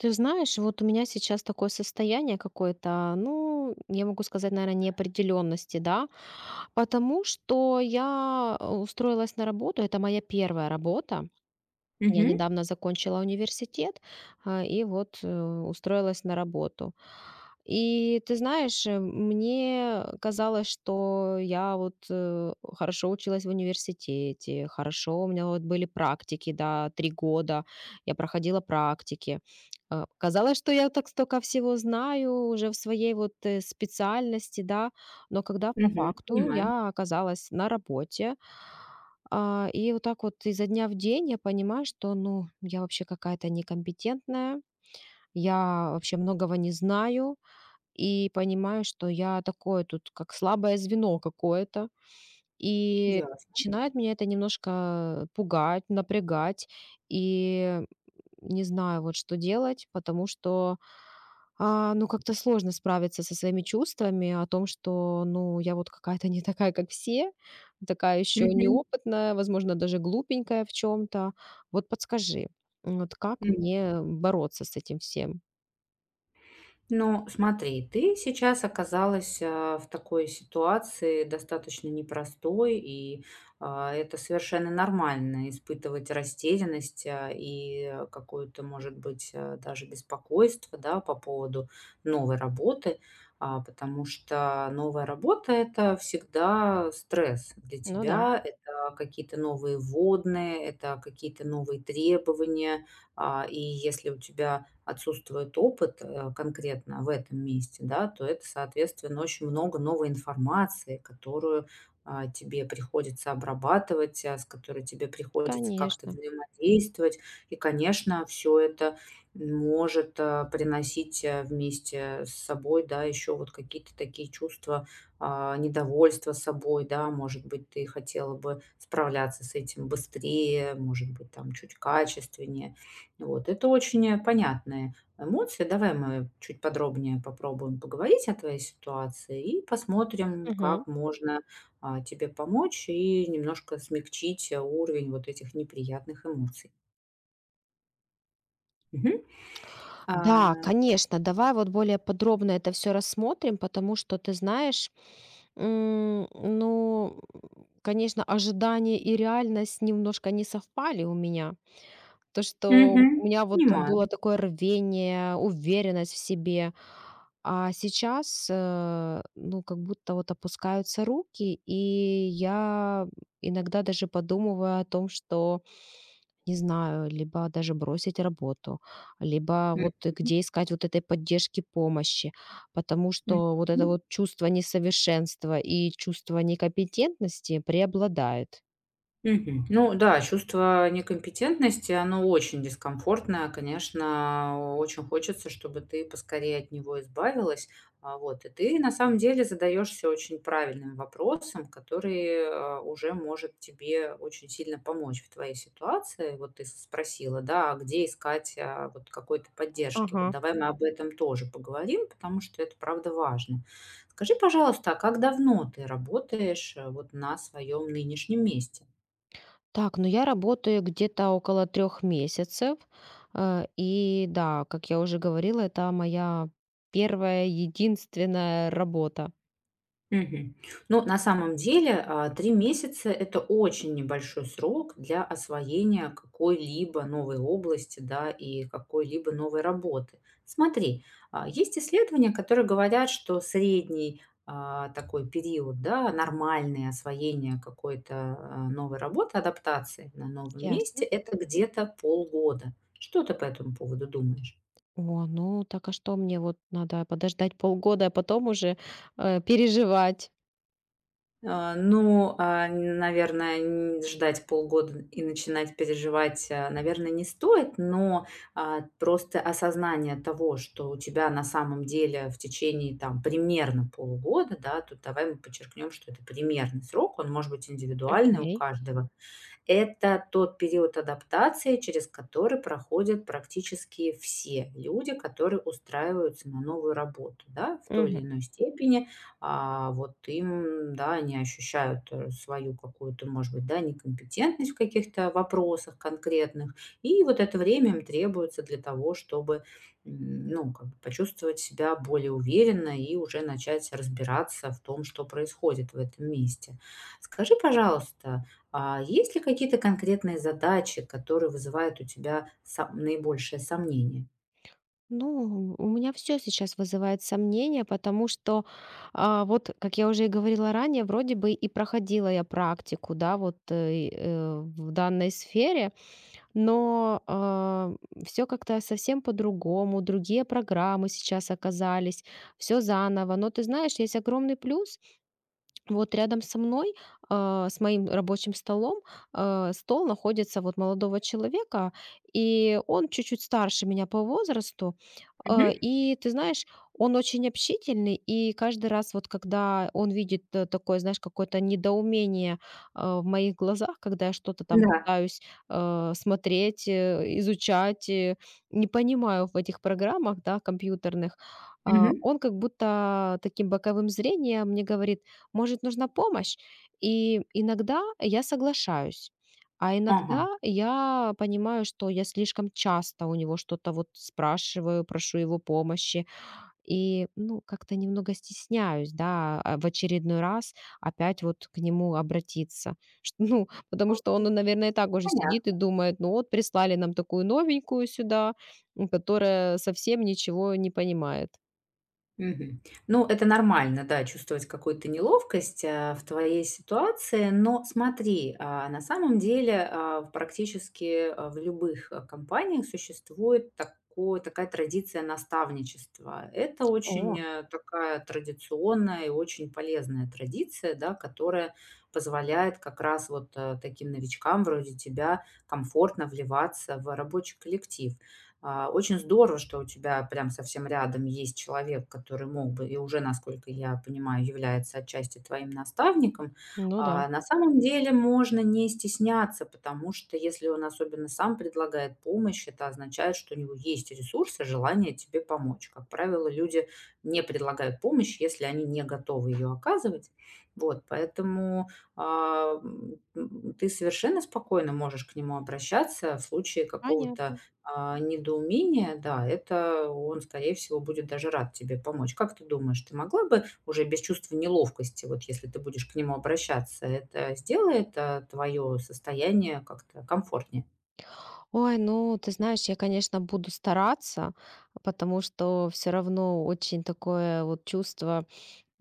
Ты знаешь, вот у меня сейчас такое состояние какое-то, ну, я могу сказать, наверное, неопределенности, да, потому что я устроилась на работу, это моя первая работа, я Мгм, недавно закончила университет, и вот, устроилась на работу. И ты знаешь, мне казалось, что я вот, хорошо училась в университете, хорошо, у меня вот были практики, да, 3 года я проходила практики. Казалось, что я так столько всего знаю уже в своей вот, специальности, да, но когда по мгм. факту Понимаю, я оказалась на работе, и вот так вот изо дня в день я понимаю, что, ну, я вообще какая-то некомпетентная, я вообще многого не знаю и понимаю, что я такое тут как слабое звено какое-то. И ясно. начинает меня это немножко пугать, напрягать. И не знаю вот что делать, потому что, ну, как-то сложно справиться со своими чувствами о том, что, ну, я вот какая-то не такая, как все, такая еще Мгм, неопытная, возможно, даже глупенькая в чем-то. Вот подскажи, вот как мгм. мне бороться с этим всем? Ну, смотри, ты сейчас оказалась в такой ситуации достаточно непростой, и это совершенно нормально испытывать растерянность и какое-то, может быть, даже беспокойство, да, по поводу новой работы, потому что новая работа– это всегда стресс для Ну да, тебя, это какие-то новые вводные, это какие-то новые требования, и если у тебя отсутствует опыт, конкретно в этом месте, да, то это, соответственно, очень много новой информации, которую, тебе приходится обрабатывать, с которой тебе приходится как-то конечно. взаимодействовать. И, конечно, все это может, приносить, вместе с собой, да, еще вот какие-то такие чувства, недовольства собой, да. Может быть, ты хотела бы справляться с этим быстрее, может быть, там чуть качественнее. Вот, это очень, понятные эмоции. Давай мы чуть подробнее попробуем поговорить о твоей ситуации и посмотрим, как можно, тебе помочь и немножко смягчить, уровень вот этих неприятных эмоций. Мгм. А, Да, конечно, давай вот более подробно это все рассмотрим, потому что, ты знаешь, ну, конечно, ожидания и реальность немножко не совпали у меня. То, что у мгм. меня вот было Понимаю. такое рвение, уверенность в себе. А сейчас, ну, как будто вот опускаются руки, и я иногда даже подумываю о том, что, не знаю, либо даже бросить работу, либо Мгм. вот и где искать вот этой поддержки, помощи, потому что вот это Мгм. вот чувство несовершенства и чувство некомпетентности преобладает. Мгм. Ну да, чувство некомпетентности, оно очень дискомфортное, конечно. Очень хочется, чтобы ты поскорее от него избавилась. Вот. И ты на самом деле задаешься очень правильным вопросом, который уже может тебе очень сильно помочь в твоей ситуации. Вот ты спросила, да, а где искать вот какой-то поддержки. Вот Ага. давай мы об этом тоже поговорим, потому что это правда важно. Скажи, пожалуйста, а как давно ты работаешь вот на своем нынешнем месте? Так, ну я работаю где-то около 3 месяцев. И да, как я уже говорила, это моя первая единственная работа. Мгм. Ну, на самом деле, 3 месяца- это очень небольшой срок для освоения какой-либо новой области, да, и какой-либо новой работы. Смотри, есть исследования, которые говорят, что средний, такой период, да, нормальное освоение какой-то, новой работы, адаптации на новом месте- Ясно. это где-то полгода. Что ты по этому поводу думаешь? О, ну так а что мне вот надо подождать полгода, а потом уже, переживать? Ну, наверное, н ждать полгода и начинать переживать, наверное, не стоит, но, просто осознание того, что у тебя на самом деле в течение, там, примерно полугода, да, тут давай мы подчеркнем, что это примерный срок, он может быть индивидуальный у Окей. каждого, это тот период адаптации, через который проходят практически все люди, которые устраиваются на новую работу, да, в той Мгм. или иной степени. Вот им, да, они ощущают свою какую-то, может быть, да, некомпетентность в каких-то вопросах конкретных. И вот это время им требуется для того, чтобы, ну, как бы почувствовать себя более уверенно и уже начать разбираться в том, что происходит в этом месте. Скажи, пожалуйста, а есть ли какие-то конкретные задачи, которые вызывают у тебя сом наибольшее сомнение? Ну, у меня все сейчас вызывает сомнения, потому что, вот, как я уже и говорила ранее, вроде бы и проходила я практику, да, вот, в данной сфере. Но, все как-то совсем по-другому, другие программы сейчас оказались, все заново. Но ты знаешь, есть огромный плюс, вот рядом со мной, с моим рабочим столом, стол находится вот молодого человека, и он чуть-чуть старше меня по возрасту. А, Мгм. И ты знаешь, он очень общительный, и каждый раз вот когда он видит такое, знаешь, какое-то недоумение в моих глазах, когда я что-то там Да. пытаюсь смотреть, изучать, не понимаю в этих программах, да, компьютерных, Мгм. он как будто таким боковым зрением мне говорит, может, нужна помощь? И иногда я соглашаюсь, а Ага. иногда я понимаю, что я слишком часто у него что-то вот спрашиваю, прошу его помощи и, ну, как-то немного стесняюсь, да, в очередной раз опять вот к нему обратиться. Ну, потому что он, ну, наверное, и так уже сидит и Понятно. думает, ну вот прислали нам такую новенькую сюда, которая совсем ничего не понимает. Мгм. Ну, это нормально, да, чувствовать какую-то неловкость, в твоей ситуации. Но смотри, на самом деле, в практически, в любых, компаниях существует такое, такая традиция наставничества. Это очень, О, такая традиционная и очень полезная традиция, да, которая позволяет как раз вот, таким новичкам вроде тебя комфортно вливаться в рабочий коллектив. Очень здорово, что у тебя прям совсем рядом есть человек, который мог бы и уже, насколько я понимаю, является отчасти твоим наставником. ну да, На самом деле можно не стесняться, потому что если он особенно сам предлагает помощь, это означает, что у него есть ресурсы, желание тебе помочь. Как правило, люди не предлагают помощь, если они не готовы ее оказывать. Вот, поэтому а, м, ты совершенно спокойно можешь к нему обращаться в случае какого-то понятно. Недоумение, да, это он, скорее всего, будет даже рад тебе помочь. Как ты думаешь, ты могла бы уже без чувства неловкости, вот если ты будешь к нему обращаться, это сделает твое состояние как-то комфортнее? Ой, ну, ты знаешь, я, конечно, буду стараться, потому что все равно очень такое вот чувство.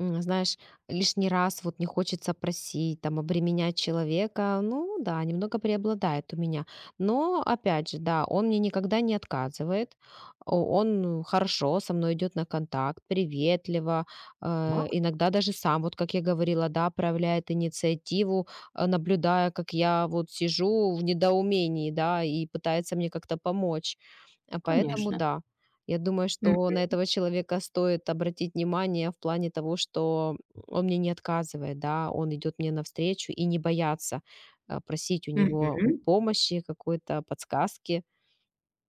Знаешь, лишний раз вот не хочется просить, там, обременять человека. Ну да, немного преобладает у меня. Но, опять же, да, он мне никогда не отказывает. Он хорошо со мной идет на контакт, приветливо. э, Так, Иногда даже сам, вот как я говорила, да, проявляет инициативу, наблюдая, как я вот сижу в недоумении, да, и пытается мне как-то помочь. А поэтому конечно. да, я думаю, М, что на этого человека стоит обратить внимание в плане того, что он мне не отказывает, да, он идет мне навстречу и не бояться просить у него вот мгм. помощи, какой-то подсказки.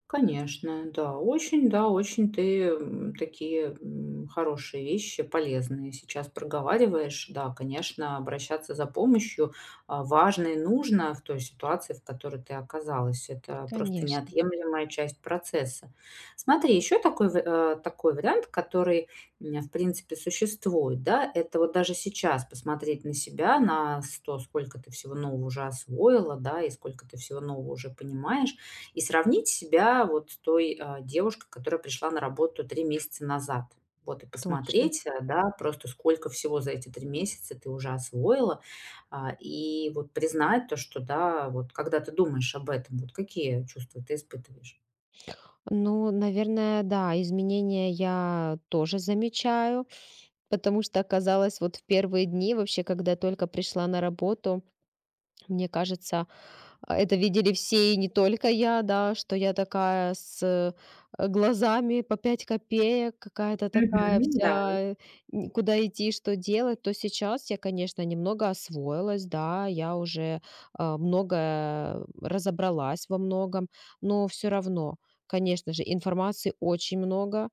Конечно, да, очень, да, очень ты такие хорошие вещи, полезные сейчас проговариваешь. Да, конечно, обращаться за помощью важно и нужно в той ситуации, в которой ты оказалась. Это просто Конечно, неотъемлемая часть процесса. Смотри, еще такой, такой вариант, который, в принципе, существует, да, это вот даже сейчас посмотреть на себя, на то, сколько ты всего нового уже освоила, да, и сколько ты всего нового уже понимаешь, и сравнить себя вот с той, девушкой, которая пришла на работу 3 месяца назад. Вот и точно. посмотреть, да, просто сколько всего за эти 3 месяца ты уже освоила. И вот признать то, что, да, вот когда ты думаешь об этом, вот какие чувства ты испытываешь? Ну, наверное, да, изменения я тоже замечаю, потому что оказалось вот в первые дни вообще, когда я только пришла на работу, мне кажется, это видели все, и не только я, да, что я такая с глазами по 5 копеек, какая-то такая Мгм, да. вся, куда идти, что делать, то сейчас я, конечно, немного освоилась, да, я уже многое разобралась во многом, но все равно, конечно же, информации очень много,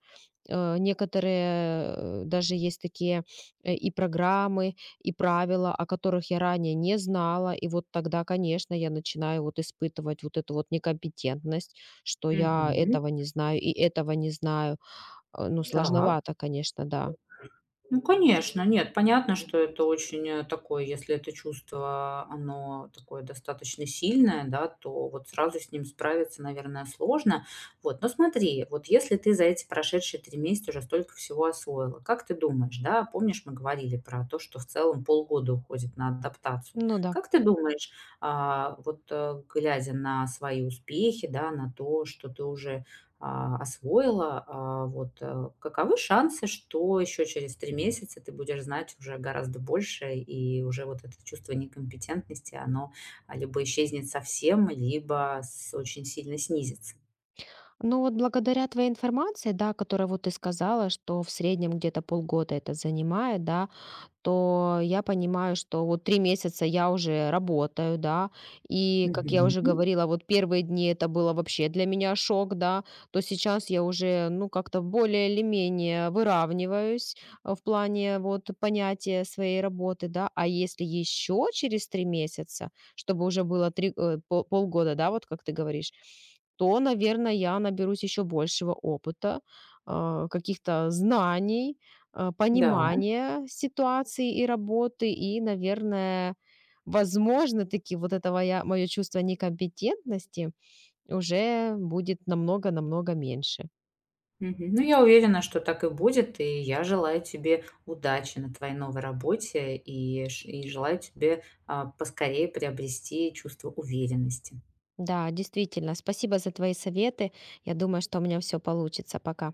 некоторые даже есть такие, и программы, и правила, о которых я ранее не знала. И вот тогда, конечно, я начинаю вот испытывать вот эту вот некомпетентность, что я Мгм. этого не знаю и этого не знаю. Ну, Так. сложновато, конечно, да. Ну, конечно, нет, понятно, что это очень, такое, если это чувство, оно такое достаточно сильное, да, то вот сразу с ним справиться, наверное, сложно. Вот, но смотри, вот если ты за эти прошедшие 3 месяца уже столько всего освоила, как ты думаешь, да, помнишь, мы говорили про то, что в целом полгода уходит на адаптацию. Ну да. Как ты думаешь, вот, глядя на свои успехи, да, на то, что ты уже освоила, вот, каковы шансы, что еще через 3 месяца ты будешь знать уже гораздо больше, и уже вот это чувство некомпетентности, оно, либо исчезнет совсем, либо с очень сильно снизится? Ну вот благодаря твоей информации, да, которая вот ты сказала, что в среднем где-то полгода это занимает, да, то я понимаю, что вот 3 месяца я уже работаю, да. И, как я Мгм. уже говорила, вот первые дни это было вообще для меня шок, да. То сейчас я уже, ну, как-то более или менее выравниваюсь, в плане вот понятия своей работы, да. А если еще через 3 месяца, чтобы уже было 3 э, пол полгода, да, вот как ты говоришь, то, наверное, я наберусь еще большего опыта, каких-то знаний, Да. понимание ситуации и работы, и, наверное, возможно, таки вот этого мое чувство некомпетентности уже будет намного-намного меньше. Мгм. Ну, я уверена, что так и будет, и я желаю тебе удачи на твоей новой работе и ш и желаю тебе, поскорее приобрести чувство уверенности. Да, действительно. Спасибо за твои советы. Я думаю, что у меня все получится. Пока.